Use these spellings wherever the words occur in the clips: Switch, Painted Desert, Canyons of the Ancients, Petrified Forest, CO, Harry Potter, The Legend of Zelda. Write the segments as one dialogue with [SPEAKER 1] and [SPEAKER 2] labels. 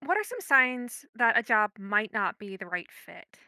[SPEAKER 1] What are some signs that a job might not be the right fit?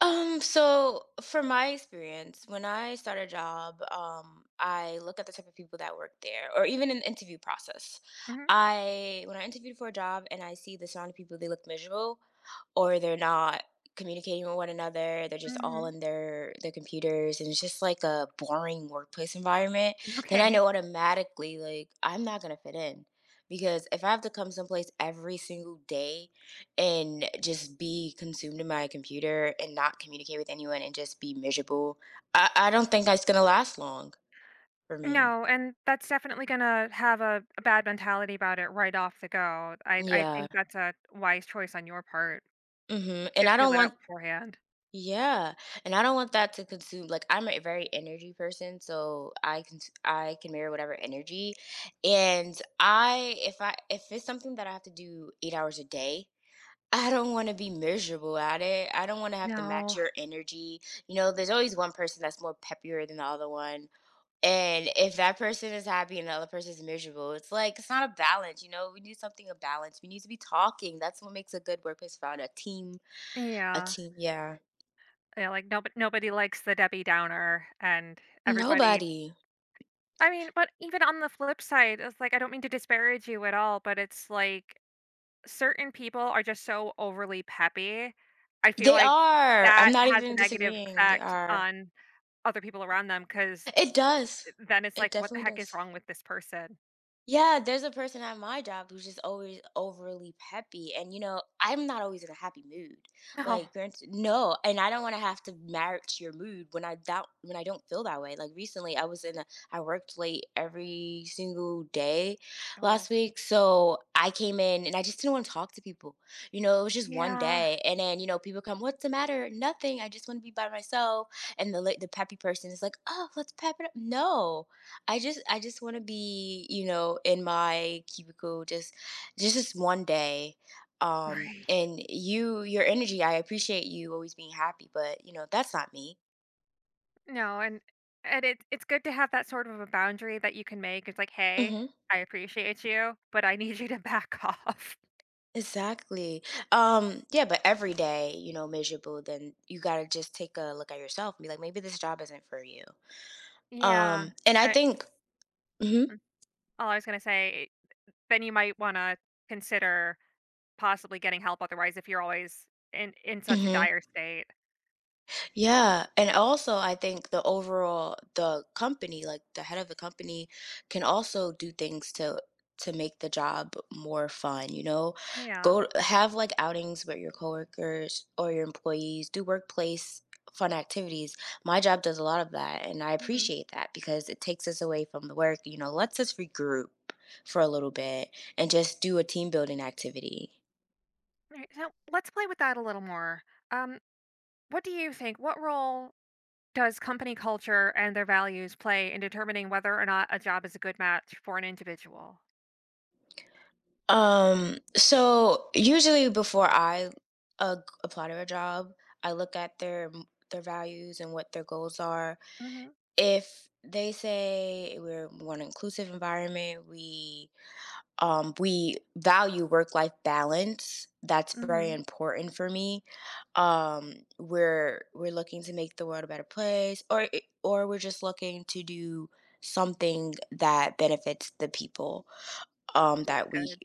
[SPEAKER 2] So from my experience, when I start a job, I look at the type of people that work there, or even in the interview process.
[SPEAKER 1] Hmm.
[SPEAKER 2] I when I interviewed for a job and I see the surrounding people, they look miserable or they're not communicating with one another. They're just all
[SPEAKER 1] Hmm.
[SPEAKER 2] in their computers and it's just like a boring workplace environment, then I
[SPEAKER 1] Okay.
[SPEAKER 2] know automatically like I'm not gonna fit in. Because if I have to come someplace every single day and just be consumed in my computer and not communicate with anyone and just be miserable, I don't think that's gonna last long for me.
[SPEAKER 1] No, and that's definitely going to have a bad mentality about it right off the go. I
[SPEAKER 2] Yeah.
[SPEAKER 1] think that's a wise choice on your part to
[SPEAKER 2] And I
[SPEAKER 1] feel
[SPEAKER 2] don't
[SPEAKER 1] it out
[SPEAKER 2] want.
[SPEAKER 1] beforehand.
[SPEAKER 2] Yeah, and I don't want that to consume like I'm a very energy person, so I can mirror whatever energy. And I if it's something that I have to do 8 hours a day, I don't want to be miserable at it. I don't want to have to match
[SPEAKER 1] No.
[SPEAKER 2] your energy. You know, there's always one person that's more peppier than the other one. And if that person is happy and the other person is miserable, it's like it's not a balance, you know? We need something of balance. We need to be talking. That's what makes a good workplace found a
[SPEAKER 1] Yeah.
[SPEAKER 2] team, yeah.
[SPEAKER 1] Yeah, like nobody likes the Debbie Downer and everybody.
[SPEAKER 2] Nobody.
[SPEAKER 1] I mean, but even on the flip side, it's like I don't mean to disparage you at all, but it's like certain people are just so overly peppy. I feel
[SPEAKER 2] They
[SPEAKER 1] like
[SPEAKER 2] are.
[SPEAKER 1] that
[SPEAKER 2] I'm not
[SPEAKER 1] has a
[SPEAKER 2] even
[SPEAKER 1] negative
[SPEAKER 2] disagreeing. They
[SPEAKER 1] effect
[SPEAKER 2] are.
[SPEAKER 1] on other people around them
[SPEAKER 2] It does.
[SPEAKER 1] because then it's
[SPEAKER 2] It
[SPEAKER 1] like, "What the
[SPEAKER 2] definitely
[SPEAKER 1] heck is
[SPEAKER 2] does.
[SPEAKER 1] wrong with this person?"
[SPEAKER 2] Yeah, there's a person at my job who's just always overly peppy. And, you know, I'm not always in a happy mood.
[SPEAKER 1] No.
[SPEAKER 2] Like, no, and I don't want to have to match your mood when I doubt when I don't feel that way. Like recently, I was in a I worked late every single day
[SPEAKER 1] Oh,
[SPEAKER 2] last week, so I came in and I just didn't want to talk to people. You know, it was just one
[SPEAKER 1] yeah,
[SPEAKER 2] day, and then you know, people come, "What's the matter?" Nothing. I just want to be by myself. And the peppy person is like, "Oh, let's pep it up." No, I just want to be, you know, in my cubicle just this one day. Um
[SPEAKER 1] right.
[SPEAKER 2] and you your energy, I appreciate you always being happy, but you know, that's not me.
[SPEAKER 1] No, and it's good to have that sort of a boundary that you can make. It's like, "Hey,
[SPEAKER 2] Mhm.
[SPEAKER 1] I appreciate you, but I need you to back off."
[SPEAKER 2] Exactly. Yeah, but every day, you know, miserable, then you got to just take a look at yourself and be like maybe this job isn't for you.
[SPEAKER 1] Yeah.
[SPEAKER 2] And I
[SPEAKER 1] I
[SPEAKER 2] think Mhm.
[SPEAKER 1] all I was gonna say, then you might wanna consider possibly getting help otherwise if you're always in such a
[SPEAKER 2] Mhm.
[SPEAKER 1] dire state.
[SPEAKER 2] Yeah, and also I think the overall the company, like the head of the company, can also do things to make the job more fun, you know?
[SPEAKER 1] Yeah,
[SPEAKER 2] Go have like outings with your coworkers or your employees, do workplace fun activities. My job does a lot of that, and I
[SPEAKER 1] mhm.
[SPEAKER 2] appreciate that because it takes us away from the work, you know, lets us regroup for a little bit and just do a team building activity.
[SPEAKER 1] Right, so let's play with that a little more. Um, what do you think what role does company culture and their values play in determining whether or not a job is a good match for an individual?
[SPEAKER 2] So usually before I uh, apply to a job, I look at their values and what their goals are.
[SPEAKER 1] Mhm,
[SPEAKER 2] If they say we want an inclusive environment, we value work life balance. That's very
[SPEAKER 1] mhm,
[SPEAKER 2] important for me. Um, we're looking to make the world a better place, or we're just looking to do something that benefits the people um, that we
[SPEAKER 1] good.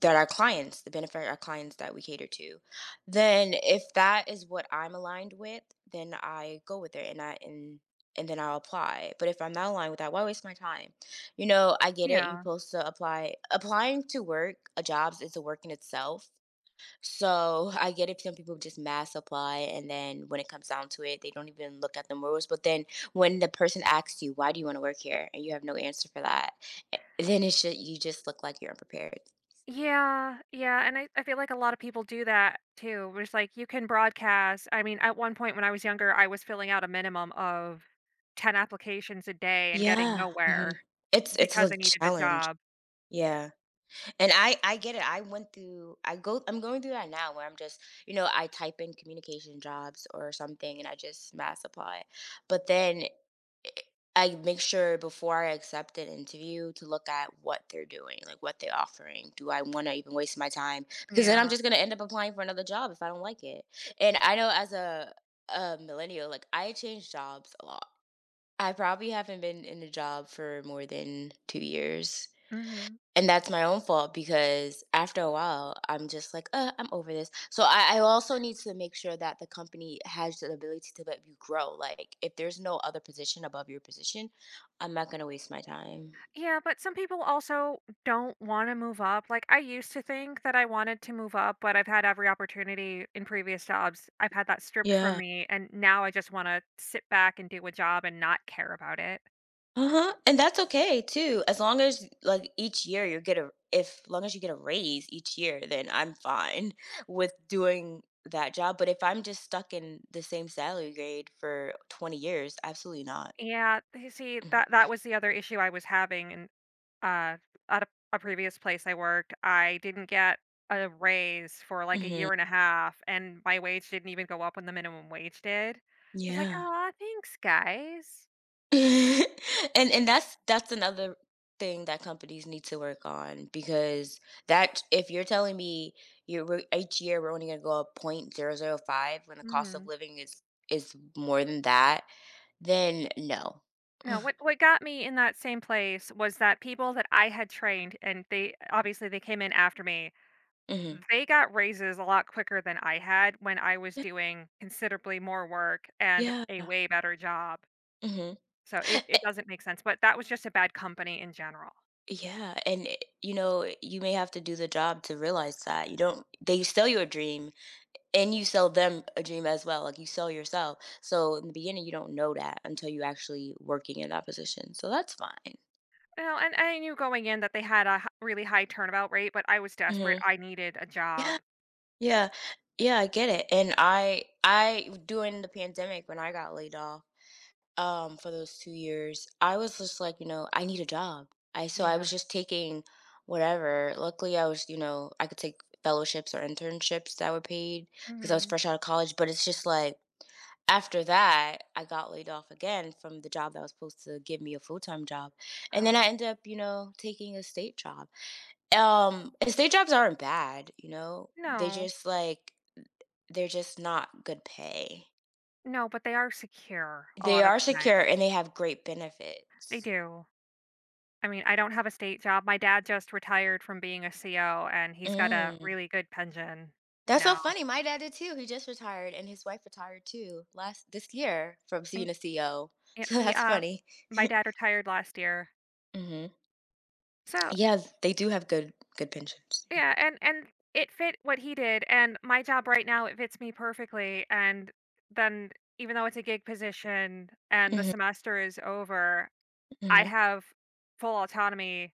[SPEAKER 2] that our clients, the benefit our clients that we cater to, then if that is what I'm aligned with, then I go with it and and then I'll apply. But if I'm not aligned with that, why waste my time? You know, I get it. You
[SPEAKER 1] Yeah.
[SPEAKER 2] supposed to apply. Applying to work, jobs is a work in itself. So I get it. Some people just mass apply, and then when it comes down to it, they don't even look at the morals. But then when the person asks you, "Why do you want to work here?" and you have no answer for that, eh, then it should you just look like you're unprepared.
[SPEAKER 1] Yeah, yeah, and I feel like a lot of people do that too, where it's like you can broadcast. I mean, at one point when I was younger, I was filling out a minimum of 10 applications a day and getting
[SPEAKER 2] Yeah, hmm,
[SPEAKER 1] nowhere.
[SPEAKER 2] it's
[SPEAKER 1] Because
[SPEAKER 2] a
[SPEAKER 1] I needed a
[SPEAKER 2] challenge.
[SPEAKER 1] job.
[SPEAKER 2] Yeah, and I get it. I went through. I go. I'm going through that now, where I'm just you know I type in communication jobs or something, and I just mass apply. But then I make sure before I accept an interview to look at what they're doing, like what they're offering. Do I want to even waste my time? Because then I'm
[SPEAKER 1] Yeah.
[SPEAKER 2] just going to end up applying for another job if I don't like it. And I know as a millennial, like I change jobs a lot. I probably haven't been in a job for more than 2 years,
[SPEAKER 1] Mhm.
[SPEAKER 2] and that's my own fault because after a while, I'm just like, I'm over this." So I also need to make sure that the company has the ability to let you grow. Like, if there's no other position above your position, I'm not gonna waste my time.
[SPEAKER 1] Yeah, but some people also don't wanna move up. Like, I used to think that I wanted to move up, but I've had every opportunity in previous jobs. I've had that stripped from
[SPEAKER 2] Yeah.
[SPEAKER 1] me, and now I just wanna sit back and do a job and not care about it.
[SPEAKER 2] Uh-huh, and that's okay too, as long as, like, each year you get a if long as you get a raise each year, then I'm fine with doing that job, but if I'm just stuck in the same salary grade for 20 years, absolutely not.
[SPEAKER 1] Yeah, you see, that that was the other issue I was having, and Uh, at a previous place I worked, I didn't get a raise for like a year
[SPEAKER 2] Mhm.
[SPEAKER 1] and a half, and my wage didn't even go up when the minimum wage did. So I was like,
[SPEAKER 2] Yeah.
[SPEAKER 1] "Ah, thanks, guys."
[SPEAKER 2] And that's another thing that companies need to work on because that if you're telling me you're each year we're only going to go up point 0.005 when the cost of
[SPEAKER 1] Hmm.
[SPEAKER 2] living is more than that, then no.
[SPEAKER 1] No, what got me in that same place was that people that I had trained, and they obviously they came in after me.
[SPEAKER 2] hmm.
[SPEAKER 1] They got raises a lot quicker than I had when I was doing considerably more work and
[SPEAKER 2] Yeah.
[SPEAKER 1] a way better job.
[SPEAKER 2] Hmm.
[SPEAKER 1] So it doesn't make sense, but that was just a bad company in general.
[SPEAKER 2] Yeah, and you know you may have to do the job to realize that you don't, they sell you a dream and you sell them a dream as well. Like you sell yourself. So in the beginning, you don't know that until you actually working in that position. So that's fine.
[SPEAKER 1] Well, and I knew going in that they had a h really high turnabout rate, but I was desperate,
[SPEAKER 2] Hmm.
[SPEAKER 1] I needed a
[SPEAKER 2] Yeah,
[SPEAKER 1] job.
[SPEAKER 2] yeah, yeah. I get it. And I during the pandemic when I got laid off, for those 2 years, I was just like, you know, I need a job. I so I
[SPEAKER 1] Yeah.
[SPEAKER 2] was just taking whatever. Luckily, I was, you know, I could take fellowships or internships that were paid because I was
[SPEAKER 1] Mhm.
[SPEAKER 2] fresh out of college. But it's just like after that, I got laid off again from the job that was supposed to give me a full-time job, and then
[SPEAKER 1] Oh.
[SPEAKER 2] I ended up, you know, taking a state job. And state jobs aren't bad, you know? They
[SPEAKER 1] No.
[SPEAKER 2] just, like, they're just not good pay.
[SPEAKER 1] No, but they are secure a
[SPEAKER 2] They
[SPEAKER 1] lot of
[SPEAKER 2] are
[SPEAKER 1] the
[SPEAKER 2] secure,
[SPEAKER 1] time.
[SPEAKER 2] and they have great
[SPEAKER 1] They
[SPEAKER 2] benefits.
[SPEAKER 1] do. I mean, I don't have a state job. My dad just retired from being a CO, and he's got a
[SPEAKER 2] Mm.
[SPEAKER 1] really good pension
[SPEAKER 2] That's so
[SPEAKER 1] now.
[SPEAKER 2] funny, my dad did too, he just retired, and his wife retired too last this year from
[SPEAKER 1] And,
[SPEAKER 2] being a CEO,
[SPEAKER 1] yeah,
[SPEAKER 2] so
[SPEAKER 1] he,
[SPEAKER 2] that's funny.
[SPEAKER 1] my dad retired last year.
[SPEAKER 2] Mhm.
[SPEAKER 1] So
[SPEAKER 2] Yeah, they do have good pensions, yeah.
[SPEAKER 1] yeah, and it fit what he did, and my job right now, it fits me perfectly, and then even though it's a gig position and the
[SPEAKER 2] Mhm,
[SPEAKER 1] semester is over, I
[SPEAKER 2] mhm,
[SPEAKER 1] have full autonomy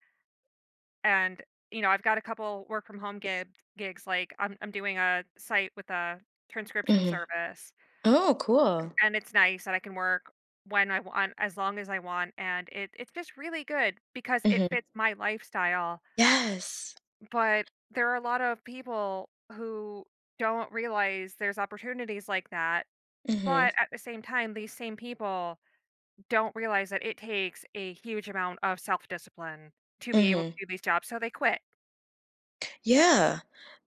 [SPEAKER 1] and, you know, I've got a couple work from home gig gigs, like, I'm doing a site with a transcription
[SPEAKER 2] mhm.
[SPEAKER 1] service,
[SPEAKER 2] Oh, cool.
[SPEAKER 1] and it's nice that I can work when I want, as long as I want, and it's just really good because it
[SPEAKER 2] Mhm.
[SPEAKER 1] fits my lifestyle.
[SPEAKER 2] Yes.
[SPEAKER 1] But there are a lot of people who don't realize there's opportunities like that.
[SPEAKER 2] Mhm.
[SPEAKER 1] But at the same time, these same people don't realize that it takes a huge amount of self discipline to be able to
[SPEAKER 2] Mhm.
[SPEAKER 1] do these jobs. So they quit.
[SPEAKER 2] Yeah.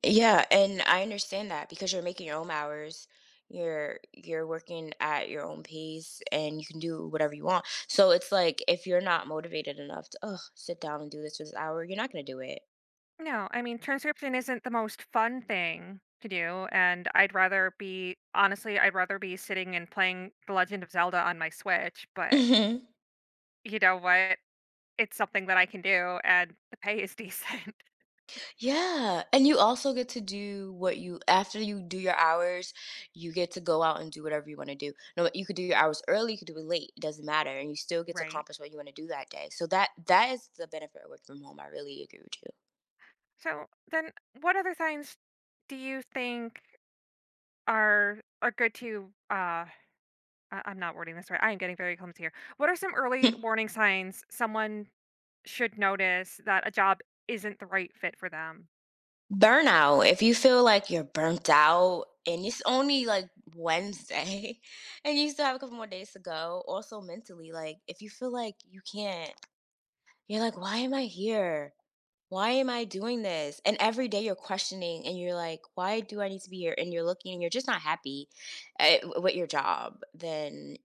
[SPEAKER 2] Yeah, and I understand that because you're making your own hours. You're working at your own pace and you can do whatever you want. So it's like if you're not motivated enough to, oh, sit down and do this for this hour," you're not gonna do it.
[SPEAKER 1] No, I mean, transcription isn't the most fun thing to do. And I'd rather be, honestly, I'd rather be sitting and playing The Legend of Zelda on my Switch. But you know what? It's something that I can do, and the pay is decent.
[SPEAKER 2] Yeah, and you also get to do what you after you do your hours, you get to go out and do whatever you want to do. No, you could do your hours early, you could do it late, it doesn't matter, and you still get to
[SPEAKER 1] Right.
[SPEAKER 2] accomplish what you want to do that day. So that is the benefit of work from home. I really agree with
[SPEAKER 1] So then, what other signs do you think are good to? I'm not wording this right. I am getting very clumsy here. What are some early
[SPEAKER 2] you.
[SPEAKER 1] warning signs someone should notice that a job isn't the right fit for them?
[SPEAKER 2] Burnout. If you feel like you're burnt out and it's only like Wednesday and you still have a couple more days to go, also mentally, like if you feel like you can't, you're like, why am I here? Why am I doing this? And every day you're questioning and you're like, why do I need to be here? And you're looking and you're just not happy at, with your job,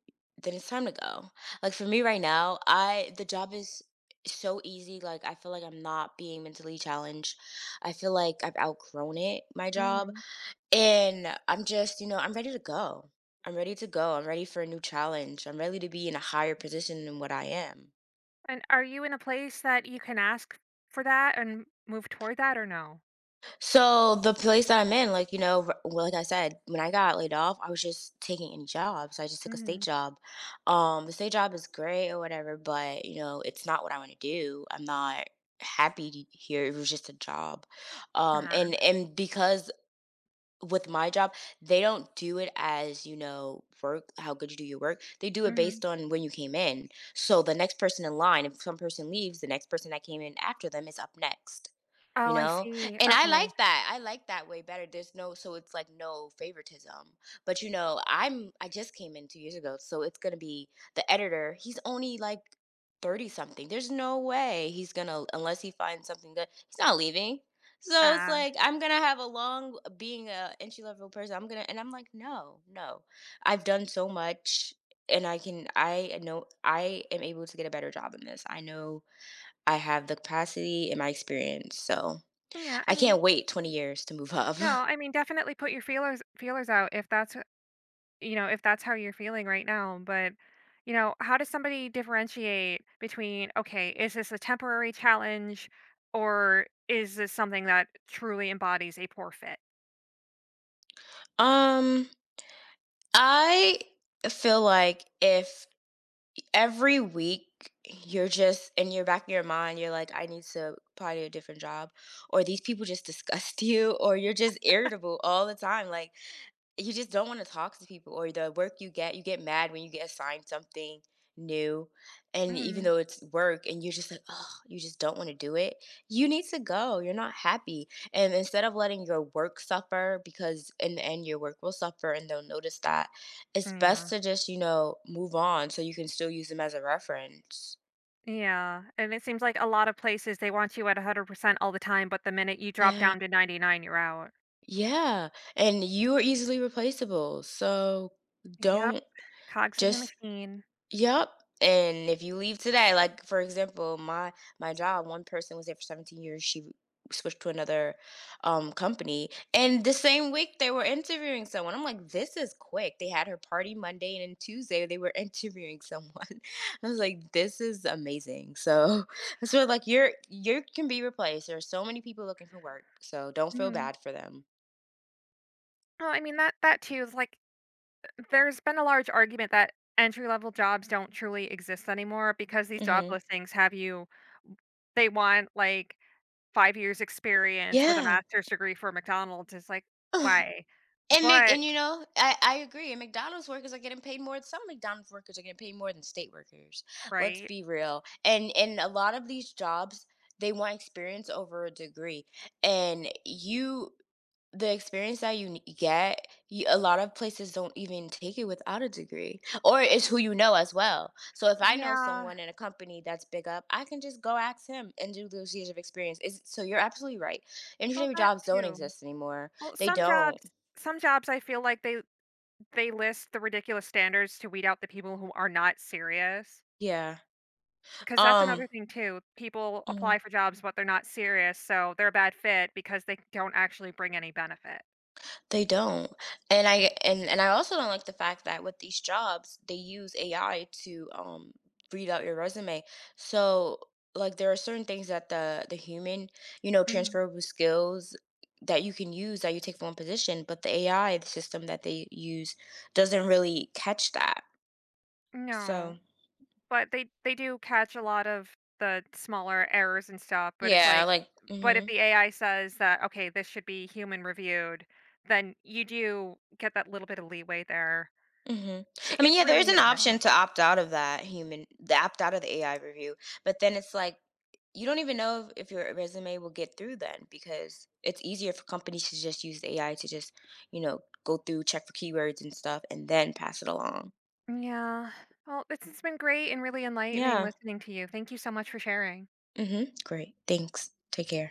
[SPEAKER 2] then it's time to go. Like for me right now, I the job is so easy. Like I feel like I'm not being mentally challenged. I feel like I've outgrown it, my job.
[SPEAKER 1] Hmm.
[SPEAKER 2] And I'm just, you know, I'm ready to go. I'm ready to go. I'm ready for a new challenge. I'm ready to be in a higher position than what I am.
[SPEAKER 1] And are you in a place that you can ask for that and move toward that, or no?
[SPEAKER 2] So the place that I'm in, like you know, well, like I said, when I got laid off, I was just taking any job. So I just took a state
[SPEAKER 1] Hmm.
[SPEAKER 2] job. The state job is great or whatever, but you know, it's not what I want to do. I'm not here. It was just a job, um,
[SPEAKER 1] Ah,
[SPEAKER 2] and and because with my job, they don't do it as you know work how good you do your work. They do it
[SPEAKER 1] mhm.
[SPEAKER 2] based on when you came in. So the next person in line, if some person leaves, the next person that came in after them is up next you
[SPEAKER 1] Oh, I
[SPEAKER 2] know
[SPEAKER 1] see.
[SPEAKER 2] and i
[SPEAKER 1] Okay.
[SPEAKER 2] like that i like that way better. There's no, so it's like no favoritism. But I just came in 2 years ago, so it's gonna be, the editor, he's only like 30 something. There's no way he's gonna, unless he finds something good, he's not leaving. So it's
[SPEAKER 1] Ah,
[SPEAKER 2] like I'm gonna have a long being a entry level person, I'm gonna and I'm like, no, no, I've done so much. And I know I am able to get a better job in this. I know I have the capacity and my experience, so
[SPEAKER 1] yeah. I
[SPEAKER 2] I
[SPEAKER 1] mean,
[SPEAKER 2] can't wait 20 years to move up.
[SPEAKER 1] no. I mean, definitely put your feelers out if that's you know, if that's how you're feeling right now. But, you know, how does somebody differentiate between, okay, is this a temporary challenge or is this something that truly embodies a poor fit?
[SPEAKER 2] Um, I feel like if every week you're just in your back of your mind, you're like, I need to apply to a different job, or these people just disgust you, or you're just irritable all the time. Like, you just don't wanna talk to people, or the work you get mad when you get assigned something new. And even
[SPEAKER 1] Mhm.
[SPEAKER 2] though it's work, and you're just like, oh, you just don't wanna do it. You need to go, you're not happy, and instead of letting your work suffer, because in the end, your work will suffer and they'll notice that, it's best
[SPEAKER 1] Yeah.
[SPEAKER 2] to just, move on, so you can still use them as a reference.
[SPEAKER 1] Yeah. And it seems like a lot of places they want you at 100% all the time, but the minute you drop
[SPEAKER 2] Yeah.
[SPEAKER 1] down to 99, you're out.
[SPEAKER 2] Yeah, and you are easily replaceable, so
[SPEAKER 1] Yep.
[SPEAKER 2] don't
[SPEAKER 1] Cogs in the
[SPEAKER 2] just
[SPEAKER 1] machine.
[SPEAKER 2] yep, and if you leave today, like, for example, my job, one person was there for 17 years. She switched to another, company, and the same week they were interviewing someone. I'm like, "This is quick." They had her party Monday, and then Tuesday they were interviewing someone. I was like, "This is amazing." So, so, like, you can be replaced. There are so many people looking for work, so don't feel
[SPEAKER 1] Mhm.
[SPEAKER 2] bad for them.
[SPEAKER 1] Well, I mean that too is like there's been a large argument that entry level jobs don't truly exist anymore because these job
[SPEAKER 2] Mhm.
[SPEAKER 1] listings have you. They want, like, 5 years experience with a
[SPEAKER 2] Yeah.
[SPEAKER 1] master's degree for McDonald's, it's like, "Why?"
[SPEAKER 2] And Mc,
[SPEAKER 1] But
[SPEAKER 2] and you know, I agree. And McDonald's workers are getting paid more. Some McDonald's workers are getting paid more than state workers. Let's
[SPEAKER 1] right.
[SPEAKER 2] be real. And a lot of these jobs, they want experience over a degree. And you, the experience that get, you, a lot of places don't even take it without a degree, or it's who you know as well. So if I know
[SPEAKER 1] Yeah.
[SPEAKER 2] someone in a company that's big up, I can just go ask him and do those years of experience. Is so you're absolutely right. Entry
[SPEAKER 1] Well,
[SPEAKER 2] level
[SPEAKER 1] that
[SPEAKER 2] jobs don't
[SPEAKER 1] too.
[SPEAKER 2] exist anymore.
[SPEAKER 1] Well,
[SPEAKER 2] They
[SPEAKER 1] some
[SPEAKER 2] don't.
[SPEAKER 1] jobs some jobs I feel like they list the ridiculous standards to weed out the people who are not serious.
[SPEAKER 2] Yeah.
[SPEAKER 1] Because that's another
[SPEAKER 2] Um,
[SPEAKER 1] thing too. People
[SPEAKER 2] mm,
[SPEAKER 1] apply for jobs, but they're not serious, so they're a bad fit because they don't actually bring any benefit.
[SPEAKER 2] they don't. And I also don't like the fact that with these jobs, they use AI to read out your resume. So like there are certain things that the human, you know,
[SPEAKER 1] Mm.
[SPEAKER 2] transferable skills that you can use, that you take from one position, but the AI, the system that they use doesn't really catch that. So,
[SPEAKER 1] No, but they do catch a lot of the smaller errors and stuff, but it's
[SPEAKER 2] yeah,
[SPEAKER 1] like.
[SPEAKER 2] like,
[SPEAKER 1] But if
[SPEAKER 2] mhm.
[SPEAKER 1] the AI says that, "Okay, this should be human reviewed," then you do get that little bit of leeway there.
[SPEAKER 2] Hmm.
[SPEAKER 1] I
[SPEAKER 2] I mean,
[SPEAKER 1] it's
[SPEAKER 2] yeah,
[SPEAKER 1] really
[SPEAKER 2] there's
[SPEAKER 1] hit
[SPEAKER 2] an
[SPEAKER 1] or miss.
[SPEAKER 2] option to opt out of that human, the opt out of the AI review, but then it's like you don't even know if, your resume will get through then, because it's easier for companies to just use the AI to just, you know, go through, check for keywords and stuff, and then pass it along.
[SPEAKER 1] Yeah. Well, this has been great and really enlightening
[SPEAKER 2] Yeah.
[SPEAKER 1] listening to you. Thank you so much for sharing.
[SPEAKER 2] Hmm. Great. Thanks. Take care.